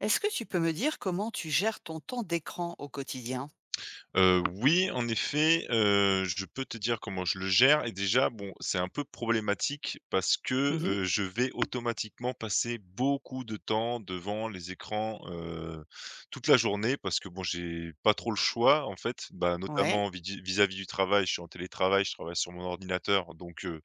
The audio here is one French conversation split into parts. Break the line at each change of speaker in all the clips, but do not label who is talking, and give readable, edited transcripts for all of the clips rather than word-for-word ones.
Est-ce que tu peux me dire comment tu gères ton temps d'écran au quotidien?
Oui, en effet, je peux te dire comment je le gère et déjà, bon, c'est un peu problématique parce que,
Mmh.
je vais automatiquement passer beaucoup de temps devant les écrans, toute la journée parce que, bon, j'ai pas trop le choix, en fait. Bah,
Ouais,
notamment vidi vis-à-vis du travail, je suis en télétravail, je travaille sur mon ordinateur donc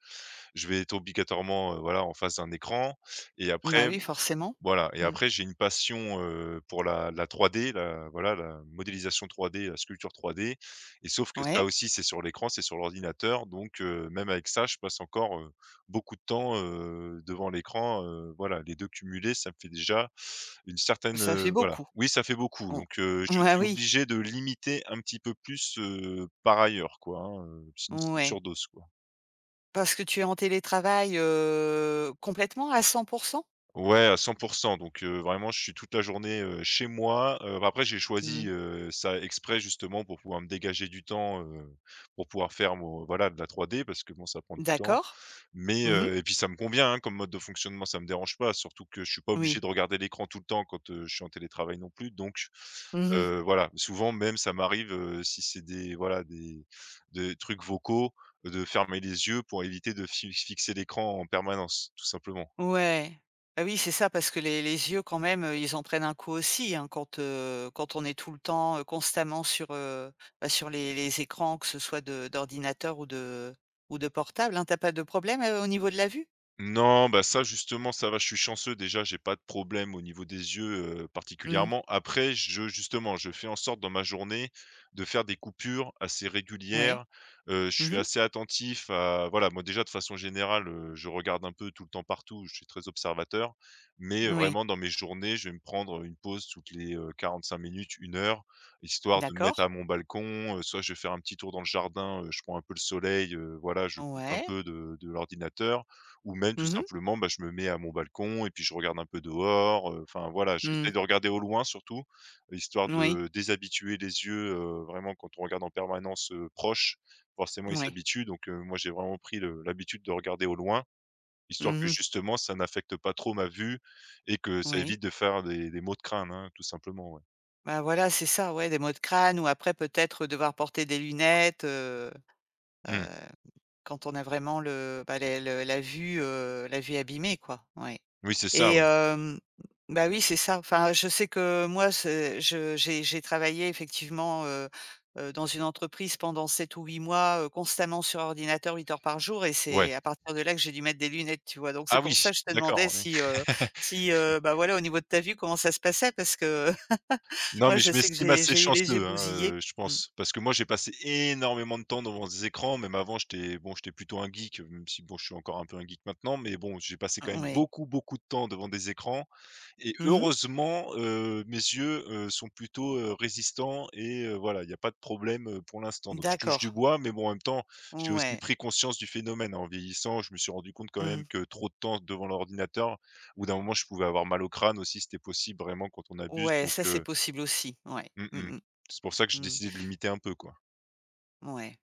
je vais être obligatoirement, voilà, en face d'un écran et
bah,
après
oui, forcément.
voilà et
Mmh.
après j'ai une passion, pour la 3D, la voilà, la modélisation 3D, la sculpture 3D et sauf que ça
Ouais,
aussi, c'est sur l'écran, c'est sur l'ordinateur donc même avec ça, je passe encore, beaucoup de temps, devant l'écran, voilà, les 2 cumulés, ça me fait déjà une certaine,
ça fait
voilà.
beaucoup.
Oui, ça fait beaucoup
On
donc je
Bah,
suis
oui,
obligé de limiter un petit peu plus, par ailleurs quoi, hein, sinon c'est une
ouais.
surdose, quoi.
Parce que tu es en télétravail, complètement à 100.
Ouais, à 100 donc vraiment je suis toute la journée, chez moi, bah, après j'ai
Mmh.
choisi, ça exprès justement pour pouvoir me dégager du temps, pour pouvoir faire mon voilà de la 3D parce que bon ça prend du temps
D'accord.
mais
Mmh.
et puis ça me convient, hein, comme mode de fonctionnement, ça me dérange pas, surtout que je suis pas obligé
Oui.
de regarder l'écran tout le temps quand, je suis en télétravail non plus donc
Mmh.
voilà. Souvent même ça m'arrive, si c'est des voilà des trucs vocaux, de fermer les yeux pour éviter de fi fixer l'écran en permanence, tout simplement.
Ouais. Bah, oui, c'est ça parce que les yeux quand même, ils en prennent un coup aussi, hein, quand on est tout le temps, constamment sur, bah, sur les écrans, que ce soit de d'ordinateur ou de portable, hein. Tu pas de problème, au niveau de la vue?
Non, bah, ça justement, ça va, je suis chanceux déjà, j'ai pas de problème au niveau des yeux,
Mmh.
particulièrement. Après, je justement, je fais en sorte dans ma journée de faire des coupures assez
Oui.
régulières. Je suis
Mmh.
assez attentif à voilà, moi déjà de façon générale, je regarde un peu tout le temps partout, je suis très observateur. Mais,
Oui.
vraiment dans mes journées, je vais me prendre une pause toutes les 45 minutes, une heure, histoire de me
D'accord.
mettre à mon balcon, soit je vais faire un petit tour dans le jardin, je prends un peu le soleil, voilà, je coupe un
Ouais.
peu de l'ordinateur. Ou même tout
Mmh mh.
simplement, bah, je me mets à mon balcon et puis je regarde un peu dehors, enfin voilà,
Mmh.
j'essaie de regarder au loin surtout, histoire
Oui.
de déshabituer les yeux, vraiment quand on regarde en permanence, proche, forcément ils
Oui.
s'habituent donc moi j'ai vraiment pris le l'habitude de regarder au loin, histoire que
Mmh.
justement ça n'affecte pas trop ma vue et que ça
Oui.
évite de faire des maux de crâne, hein, tout simplement, ouais.
Bah, voilà, c'est ça, ouais, des maux de crâne ou après peut-être devoir porter des lunettes. Heu
Mmh.
Quand on a vraiment le bah, les le la vue, la vue abîmée quoi, ouais.
Oui, c'est ça,
et
ouais.
hem, bah, oui, c'est ça. Enfin, je sais que moi, c'est je j'ai travaillé effectivement, dans une entreprise pendant 7 ou 8 mois, constamment sur ordinateur 8 heures par jour et
Ouais.
c'est à partir de là que j'ai dû mettre des lunettes, tu vois? Donc c'est
Ah oui!
pour ça que je te demandais
D'accord, ouais.
si, bah, voilà au niveau de ta vue, comment ça se passait? Parce que
Non,
moi
mais
je
je
sais que
m'estime
j'ai
assez
j'ai eu les yeux
chanceux, hein,
bousillés.
je
Mmh.
pense. Parce que moi, j'ai passé énormément de temps devant des écrans, même avant j'étais bon, j'étais plutôt un geek, même si bon, je suis encore un peu un geek maintenant, mais bon, j'ai passé quand même
Ouais.
beaucoup, beaucoup de temps devant des écrans et
Mmh.
heureusement, mes yeux, sont plutôt, résistants et voilà, il y a pas de problème, pour l'instant. Donc je touche
D'accord.
du bois, mais bon, en même temps, j'ai aussi
Ouais.
pris conscience du phénomène. En vieillissant, je me suis rendu compte quand
Mmh.
même que trop de temps devant l'ordinateur, au bout d'un moment, je pouvais avoir mal au crâne aussi, c'était possible vraiment quand on abuse.
Ouais,
Donc
ça c'est
heu
possible aussi, ouais.
Mmh
Mmh
mh.
mh.
C'est pour ça que j'ai
Mmh.
décidé de limiter un peu, quoi.
Ouais.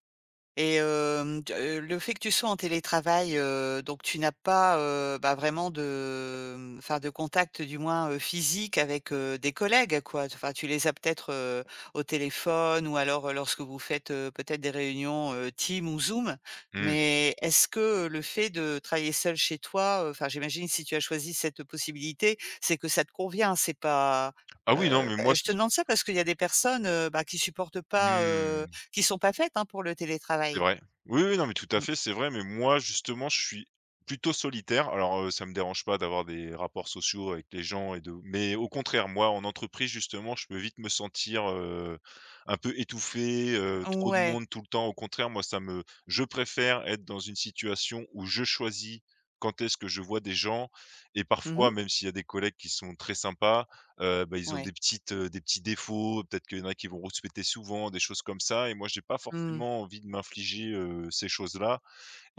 Et hem, t le fait que tu sois en télétravail, donc tu n'as pas, bah, vraiment de, enfin de contact du moins, physique avec, des collègues quoi. Enfin tu les as peut-être, au téléphone ou alors, lorsque vous faites, peut-être des réunions, Teams ou Zoom.
Mmh.
Mais est-ce que le fait de travailler seul chez toi, enfin j'imagine si tu as choisi cette possibilité, c'est que ça te convient, c'est pas,
Ah oui, non, mais moi,
bah, je te demande ça parce qu'il y a des personnes, bah, qui supportent pas,
mmh,
qui sont pas faites, hein, pour le
c'est
télétravail.
vrai. Oui, oui, non, mais tout à
Mmh.
fait, c'est vrai, mais moi, justement, je suis plutôt solitaire. Alors, ça me dérange pas d'avoir des rapports sociaux avec les gens et de mais au contraire, moi, en entreprise, justement, je peux vite me sentir, un peu étouffé, trop de
Ouais.
monde tout le temps. Au contraire, moi, ça me je préfère être dans une situation où je choisis quand est-ce que je vois des gens et
Mmh.
parfois, même s'il y a des collègues qui sont très sympas, bah, ils ont
Ouais.
des petites, des petits défauts, peut-être qu'il y en a qui vont rouspéter souvent, des choses comme ça et moi j'ai pas
Mmh.
forcément envie de m'infliger, ces choses-là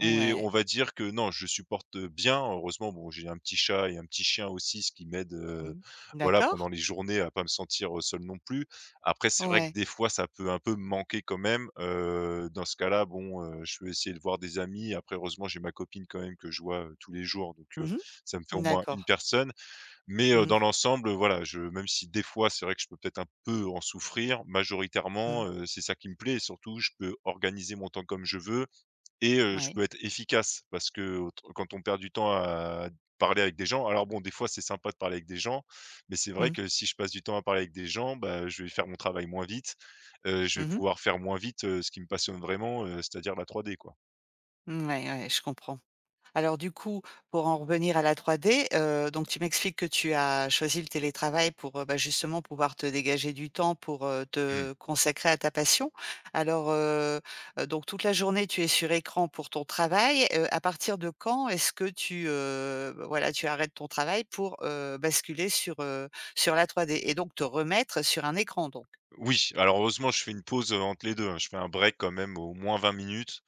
et on va dire que non, je supporte bien. Heureusement, bon, j'ai un petit chat et un petit chien aussi, ce qui m'aide,
Mmh.
voilà,
D'accord.
pendant les journées à pas me sentir, seul non plus. Après c'est vrai que
Ouais.
des fois ça peut un peu me manquer quand même, dans ce cas-là, bon, je vais essayer de voir des amis. Après heureusement j'ai ma copine quand même que je vois, tous les jours donc
Mmh.
ça me fait au moins une
D'accord.
personne mais,
Mmh.
dans l'ensemble, voilà, je même si des fois c'est vrai que je peux peut-être un peu en souffrir,
Mmh.
majoritairement, c'est ça qui me plaît et surtout je peux organiser mon temps comme je veux et je
Ouais.
peux être efficace parce que autre quand on perd du temps à parler avec des gens alors bon, des fois c'est sympa de parler avec des gens, mais c'est vrai
Mmh.
que si je passe du temps à parler avec des gens, bah, je vais faire mon travail moins vite, je vais
Mmh mh.
pouvoir faire moins vite, ce qui me passionne vraiment, c'est-à-dire la 3D, quoi.
Ouais, je comprends. Alors du coup, pour en revenir à la 3D, donc tu m'expliques que tu as choisi le télétravail pour, bah, justement pouvoir te dégager du temps pour, te consacrer à ta passion. Alors, heu donc toute la journée tu es sur écran pour ton travail, à partir de quand est-ce que tu, bah, voilà, tu arrêtes ton travail pour, basculer sur la 3D et donc te remettre sur un écran donc?
Oui, alors heureusement, je fais une pause, entre les 2, hein. Je fais un break quand même au moins 20 minutes,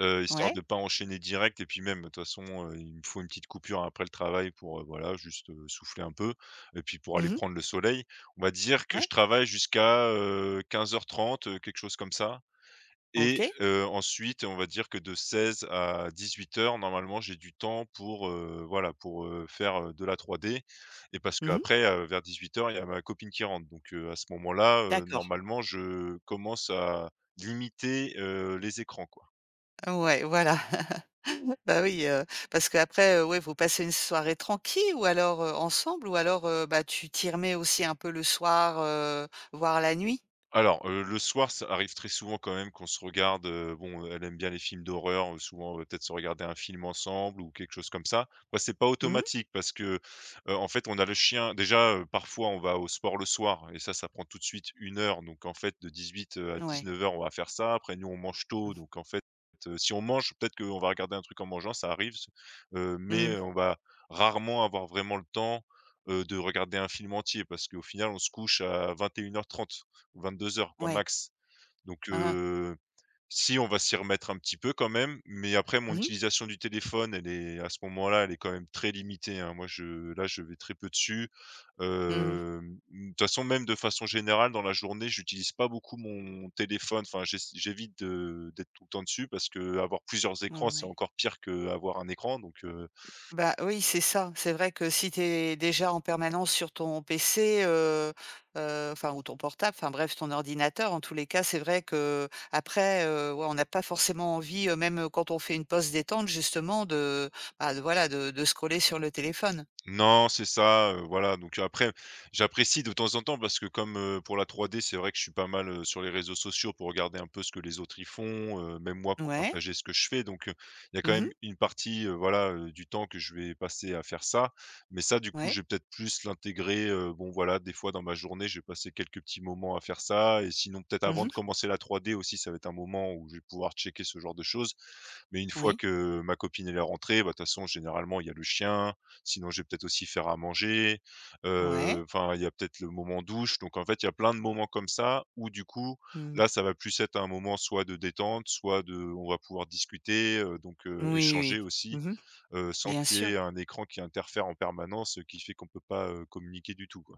histoire
Ouais.
de pas enchaîner direct et puis même, de toute façon, il me faut une petite coupure après le travail pour, voilà, juste, souffler un peu et puis pour aller
Mmh.
prendre le soleil. On va dire que
Ouais.
je travaille jusqu'à 15h30 quelque chose comme ça et
OK.
ensuite, on va dire que de 16 à 18 heures, normalement, j'ai du temps pour, voilà, pour, faire, de la 3D et parce
Mmh.
qu'après, vers 18 heures, il y a ma copine qui rentre donc à ce moment-là,
D'accord.
normalement, je commence à limiter, les écrans, quoi.
Ouais, voilà. Bah oui, parce qu'après, ouais, vous passez une soirée tranquille ou alors, ensemble ou alors, bah, tu t'y remets aussi un peu le soir, voire la nuit?
Alors, le soir, ça arrive très souvent quand même qu'on se regarde, bon, elle aime bien les films d'horreur, souvent, on peut-être se regarder un film ensemble ou quelque chose comme ça. Bah, c'est pas
Mmh.
automatique parce que, en fait, on a le chien déjà, parfois, on va au sport le soir et ça prend tout de suite une heure donc en fait, de dix-huit à
Ouais.
dix-neuf heures, on va faire ça. Après nous, on mange
Mmh.
tôt donc en fait, si on mange, peut-être qu'on va regarder un truc en mangeant, ça arrive s mais,
Mmh.
on va rarement avoir vraiment le temps, de regarder un film entier parce qu'au final, on se couche à 21h30 ou 22 heures quoi,
Ouais.
max. Donc
Hein, hein.
si on va s'y remettre un petit peu quand même, mais après mon
Mmh mh.
utilisation du téléphone, elle est à ce moment-là, elle est quand même très limitée, hein. Moi, je là, je vais très peu dessus.
Mmh.
De toute façon, même de façon générale, dans la journée, j'utilise pas beaucoup mon téléphone. Enfin, j'évite de d'être tout le temps dessus parce que avoir plusieurs écrans, c'est
Ouais.
encore pire qu'avoir un écran donc.
Bah, oui, c'est ça. C'est vrai que si tu es déjà en permanence sur ton PC, enfin ou ton portable, enfin bref, ton ordinateur, en tous les cas, c'est vrai qu'après, ouais, on n'a pas forcément envie, même, quand on fait une pause détente justement de, bah, de voilà, de scroller sur le téléphone.
Non, c'est ça, voilà, donc après, j'apprécie de temps en temps parce que comme, pour la 3D, c'est vrai que je suis pas mal, sur les réseaux sociaux pour regarder un peu ce que les autres y font, même moi pour
Ouais.
partager ce que je fais, donc il y a quand
Mmh.
même une partie, voilà, du temps que je vais passer à faire ça. Mais ça, du coup,
Ouais.
je vais peut-être plus l'intégrer, bon, voilà, des fois dans ma journée, je vais passer quelques petits moments à faire ça et sinon peut-être avant de
Mmh.
commencer la 3D aussi, ça va être un moment où je vais pouvoir checker ce genre de choses. Mais une fois
Oui.
que ma copine elle est rentrée, bah, de toute façon, généralement, il y a le chien. Sinon, je vais peut-être aussi faire à manger,
Ouais.
enfin, il y a peut-être le moment douche. Donc en fait, il y a plein de moments comme ça où du coup,
Mmh.
là, ça va plus être un moment soit de détente, soit de on va pouvoir discuter, donc
Oui, oui.
échanger aussi,
Mmh.
sans
Bien
qu'il y ait
sûr.
un écran qui interfère en permanence, qui fait qu'on peut pas, communiquer du tout, quoi.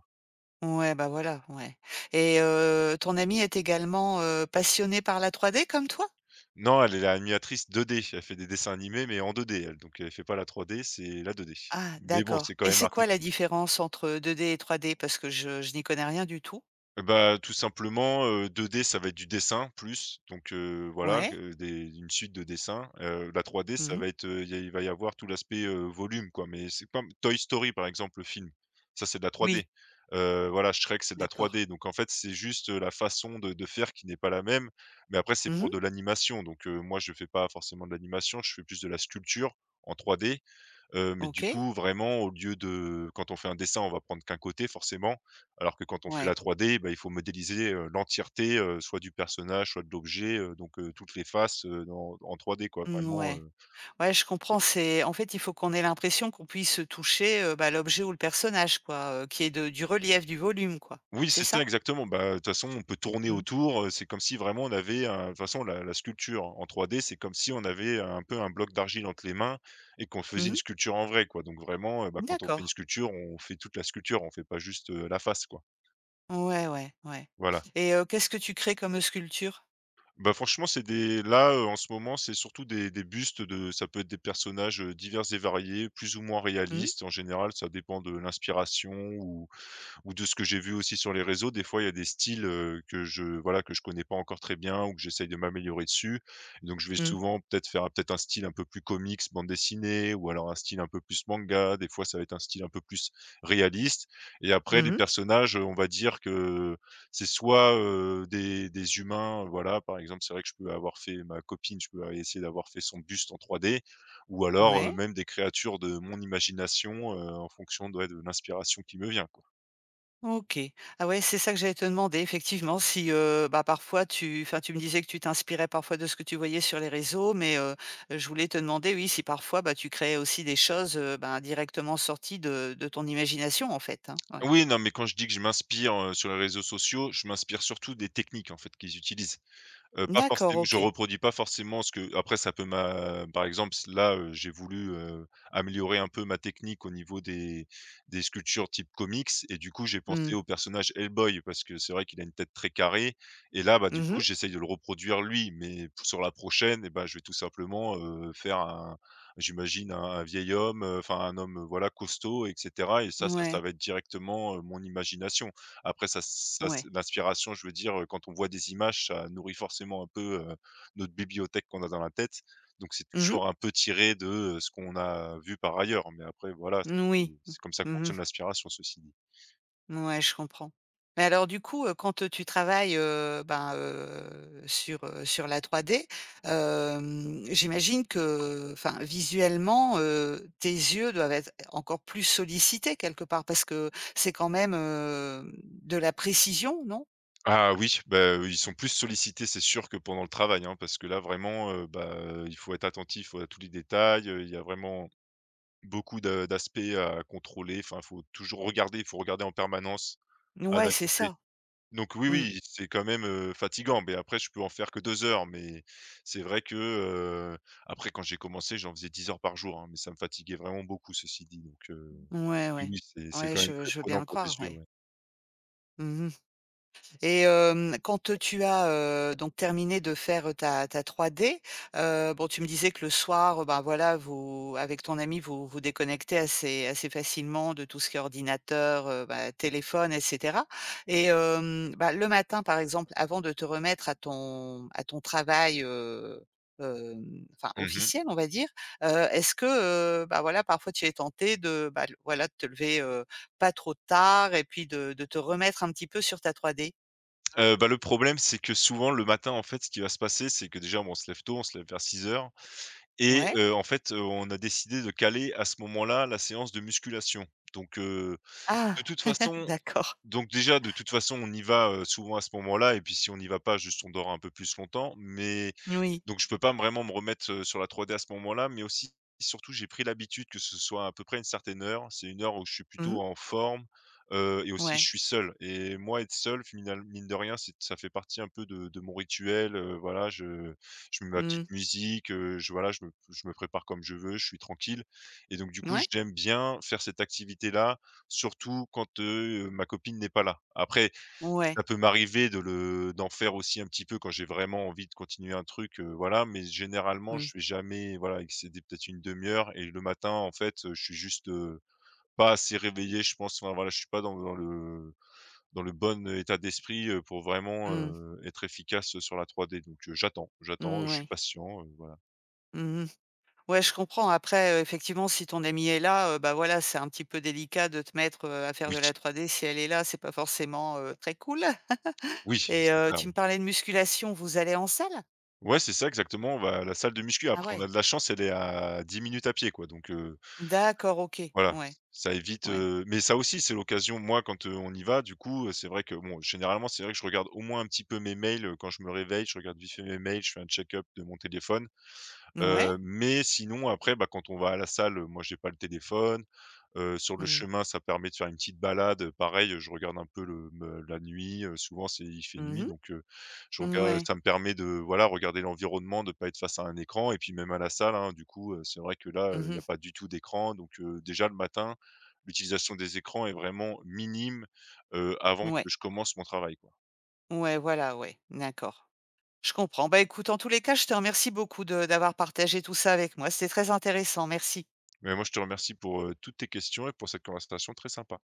Ouais, bah, voilà, ouais. Et ton ami est également, passionnée par la 3D comme toi?
Non, elle est animatrice 2D. Elle fait des dessins animés, mais en 2D donc elle fait pas la 3D, c'est la 2D.
Ah,
Mais bon,
d'accord
c'est quand
et
même
c'est quoi la
artistique.
différence entre 2D et 3D? Parce que je n'y connais rien du tout.
Eh bah, tout simplement, 2D ça va être du dessin plus, donc voilà,
Ouais.
des une suite de dessins. La 3D ça
Mmh.
va être, il va y avoir tout l'aspect, volume quoi, mais c'est comme Toy Story par exemple, le film, ça c'est de la
Oui,
3D. Voilà, Shrek c'est de la
d'accord.
3D, donc en fait c'est juste, la façon de faire qui n'est pas la même, mais après c'est
Mmh.
pour de l'animation, donc moi je fais pas forcément de l'animation, je fais plus de la sculpture en 3D. Mais du
OK.
coup, vraiment, au lieu de quand on fait un dessin, on va prendre qu'un côté forcément, alors que quand on fait
Ouais.
la 3D, bah, il faut modéliser, l'entièreté, soit du personnage, soit de l'objet, donc toutes les faces, dans en 3D quoi,
Mmh,
vraiment,
ouais. Ouais, je comprends, c'est en fait, il faut qu'on ait l'impression qu'on puisse toucher, bah, l'objet ou le personnage, quoi, qu'il y ait de du relief, du volume, quoi.
oui,
C'est
c'est ça
ça?
exactement, bah, de toute façon, on peut tourner
Mmh.
autour, c'est comme si vraiment on avait un de toute façon la sculpture en 3D, c'est comme si on avait un peu un bloc d'argile entre les mains et qu'on faisait
Mmh
une
mh.
sculpture en vrai quoi, donc vraiment, bah, quand on fait
D'accord.
une sculpture, on fait toute la sculpture, on fait pas juste, la face quoi,
Ouais, ouais, ouais.
voilà.
Et qu'est-ce que tu crées comme sculpture?
Bah, franchement, c'est des là, en ce moment, c'est surtout des bustes de ça peut être des personnages, divers et variés, plus ou moins
Mmh,
réalistes. En général, ça dépend de l'inspiration ou de ce que j'ai vu aussi sur les réseaux. Des fois, il y a des styles, que je voilà, que je connais pas encore très bien ou que j'essaye de m'améliorer dessus. Et donc je vais
mmh.
souvent peut-être faire peut-être un style un peu plus comics, bande dessinée ou alors un style un peu plus manga. Des fois, ça va être un style un peu plus réaliste et après
Mmh
les
mh.
personnages, on va dire que c'est soit, des humains, voilà, par exemple, c'est vrai que je peux avoir fait ma copine, je peux essayer d'avoir fait son buste en 3D ou alors,
Ouais,
même des créatures de mon imagination, en fonction, ouais, de l'inspiration qui me vient, quoi.
OK. Ah ouais, c'est ça que j'allais te demander effectivement si, bah, parfois tu enfin, tu me disais que tu t'inspirais parfois de ce que tu voyais sur les réseaux, mais je voulais te demander, oui, si parfois, bah, tu créais aussi des choses, ben, directement sorties de ton imagination, en fait, hein? Ouais.
Oui, non, mais quand je dis que je m'inspire, sur les réseaux sociaux, je m'inspire surtout des techniques, en fait, qu'ils utilisent. Pas
D'accord,
forcém je
OK.
reproduis pas forcément ce que après ça peut m'a par exemple s là, j'ai voulu, améliorer un peu ma technique au niveau des sculptures type comics et du coup j'ai
Mmh.
pensé au personnage Hellboy parce que c'est vrai qu'il a une tête très carrée. Et là, bah, du
Mmh
coup
mh.
j'essaye de le reproduire lui mais p sur la prochaine et bah, je vais tout simplement, faire un j'imagine un vieil homme, enfin un homme, voilà costaud et cetera et ça
Ouais,
va être directement, mon imagination. Après ça ça
ouais.
l'inspiration, je veux dire, quand on voit des images, ça nourrit forcément un peu, notre bibliothèque qu'on a dans la tête. Donc c'est
Mmh mh.
toujours un peu tiré de, ce qu'on a vu par ailleurs. Mais après voilà, c'est
Moui.
c'est comme ça que
Mmh mh.
fonctionne l'inspiration, ceci dit.
Ouais, je comprends. Mais alors du coup, quand, tu travailles, ben, sur, la 3D. J'imagine que, enfin, visuellement, tes yeux doivent être encore plus sollicités quelque part parce que c'est quand même, de la précision, non?
Ah oui, bah, ils sont plus sollicités, c'est sûr que pendant le travail, hein, parce que là vraiment, bah, il faut être attentif à tous les détails, il y a vraiment beaucoup d'aspects à contrôler. Enfin, il faut toujours regarder, il faut regarder en permanence,
Ouais, c'est
analyser.
ça.
Donc oui,
Mmh.
oui, c'est quand même, fatigant, mais après je peux en faire que 2 heures, mais c'est vrai que, après quand j'ai commencé, j'en faisais 10 heures par jour, hein, mais ça me fatiguait vraiment beaucoup ceci dit, donc
Ouais,
oui,
ouais.
oui, c'est
Ouais,
quand même
je
très
veux bien
prenant
le
pour les
croire,
yeux,
ouais.
ouais.
Mmh. Et quand tu as, donc terminé de faire, ta 3D, bon, tu me disais que le soir, ben, voilà, vous avec ton ami, vous vous déconnectez assez assez facilement de tout ce qui est ordinateur, bah, téléphone et cetera et bah, le matin, par exemple, avant de te remettre à ton travail, enfin
Mmh mh.
officiel, on va dire, est-ce que, bah, voilà, parfois tu es tenté de, bah, voilà, de te lever, pas trop tard et puis de te remettre un petit peu sur ta 3D.
Bah, le problème, c'est que souvent le matin, en fait, ce qui va se passer, c'est que déjà, bon, on se lève tôt, on se lève vers 6 heures et
Ouais.
en fait, on a décidé de caler à ce moment-là la séance de musculation, donc
Ah!
de toute façon.
D'accord.
Donc déjà, de toute façon, on y va, souvent à ce moment-là et puis si on n'y va pas, juste on dort un peu plus longtemps, mais
Oui.
donc je peux pas vraiment me remettre, sur la 3D à ce moment-là, mais aussi surtout j'ai pris l'habitude que ce soit à peu près une certaine heure. C'est une heure où je suis
Mmh.
plutôt en forme, et aussi je
Ouais.
suis seul et moi être seul final mine de rien, c'est ça fait partie un peu de mon rituel, voilà, je mets ma
Mmh.
petite musique, je voilà, je me prépare comme je veux, je suis tranquille et donc du coup,
Ouais.
j'aime bien faire cette activité-là surtout quand, ma copine n'est pas là. Après,
Ouais.
ça peut m'arriver de le d'en faire aussi un petit peu quand j'ai vraiment envie de continuer un truc, voilà, mais généralement,
Mmh.
je vais jamais, voilà, excéder peut-être une demi heure et le matin, en fait, je suis juste, pas assez réveillé, je pense. Enfin, voilà, je suis pas dans le bon état d'esprit, pour vraiment,
Mmh.
être efficace sur la 3D donc j'attends,
Mmh,
je suis
ouais.
patient, voilà.
Mmh. Ouais, je comprends. Après, effectivement, si ton amie est là, bah, voilà, c'est un petit peu délicat de te mettre, à faire
Oui,
de la 3D. Si elle est là, c'est pas forcément, très cool.
oui,
Et
c'est ça,
tu
oui.
me parlais de musculation, vous allez en salle?
Ouais, c'est ça exactement, bah, la salle de muscu,
Ah
après on a
ouais.
de la chance, elle est à 10 minutes à pied quoi donc
D'accord, OK.
voilà,
Ouais.
ç ça évite,
Ouais.
mais ça aussi, c'est l'occasion. Moi, quand, on y va, du coup, c'est vrai que bon, généralement, c'est vrai que je regarde au moins un petit peu mes mails, quand je me réveille, je regarde vite fait mes mails, je fais un check-up de mon téléphone.
Ouais.
Mais sinon après, bah, quand on va à la salle, moi j'ai pas le téléphone, sur le
Mmh.
chemin, ça permet de faire une petite balade, pareil, je regarde un peu le me la nuit, souvent c'est il fait
Mmh
nuit
mh.
donc je regarde
Mouais.
ça me permet de, voilà, regarder l'environnement, de pas être face à un écran et puis même à la salle, hein, du coup, c'est vrai que là, il n'y
Mmh.
a pas du tout d'écran donc déjà le matin, l'utilisation des écrans est vraiment minime, avant
Ouais.
que je commence mon travail, quoi.
Ouais, voilà, ouais. D'accord. Je comprends. Bah, écoute, en tous les cas, je te remercie beaucoup de d'avoir partagé tout ça avec moi. C'était très intéressant. Merci.
Mais moi je te remercie pour, toutes tes questions et pour cette conversation très sympa.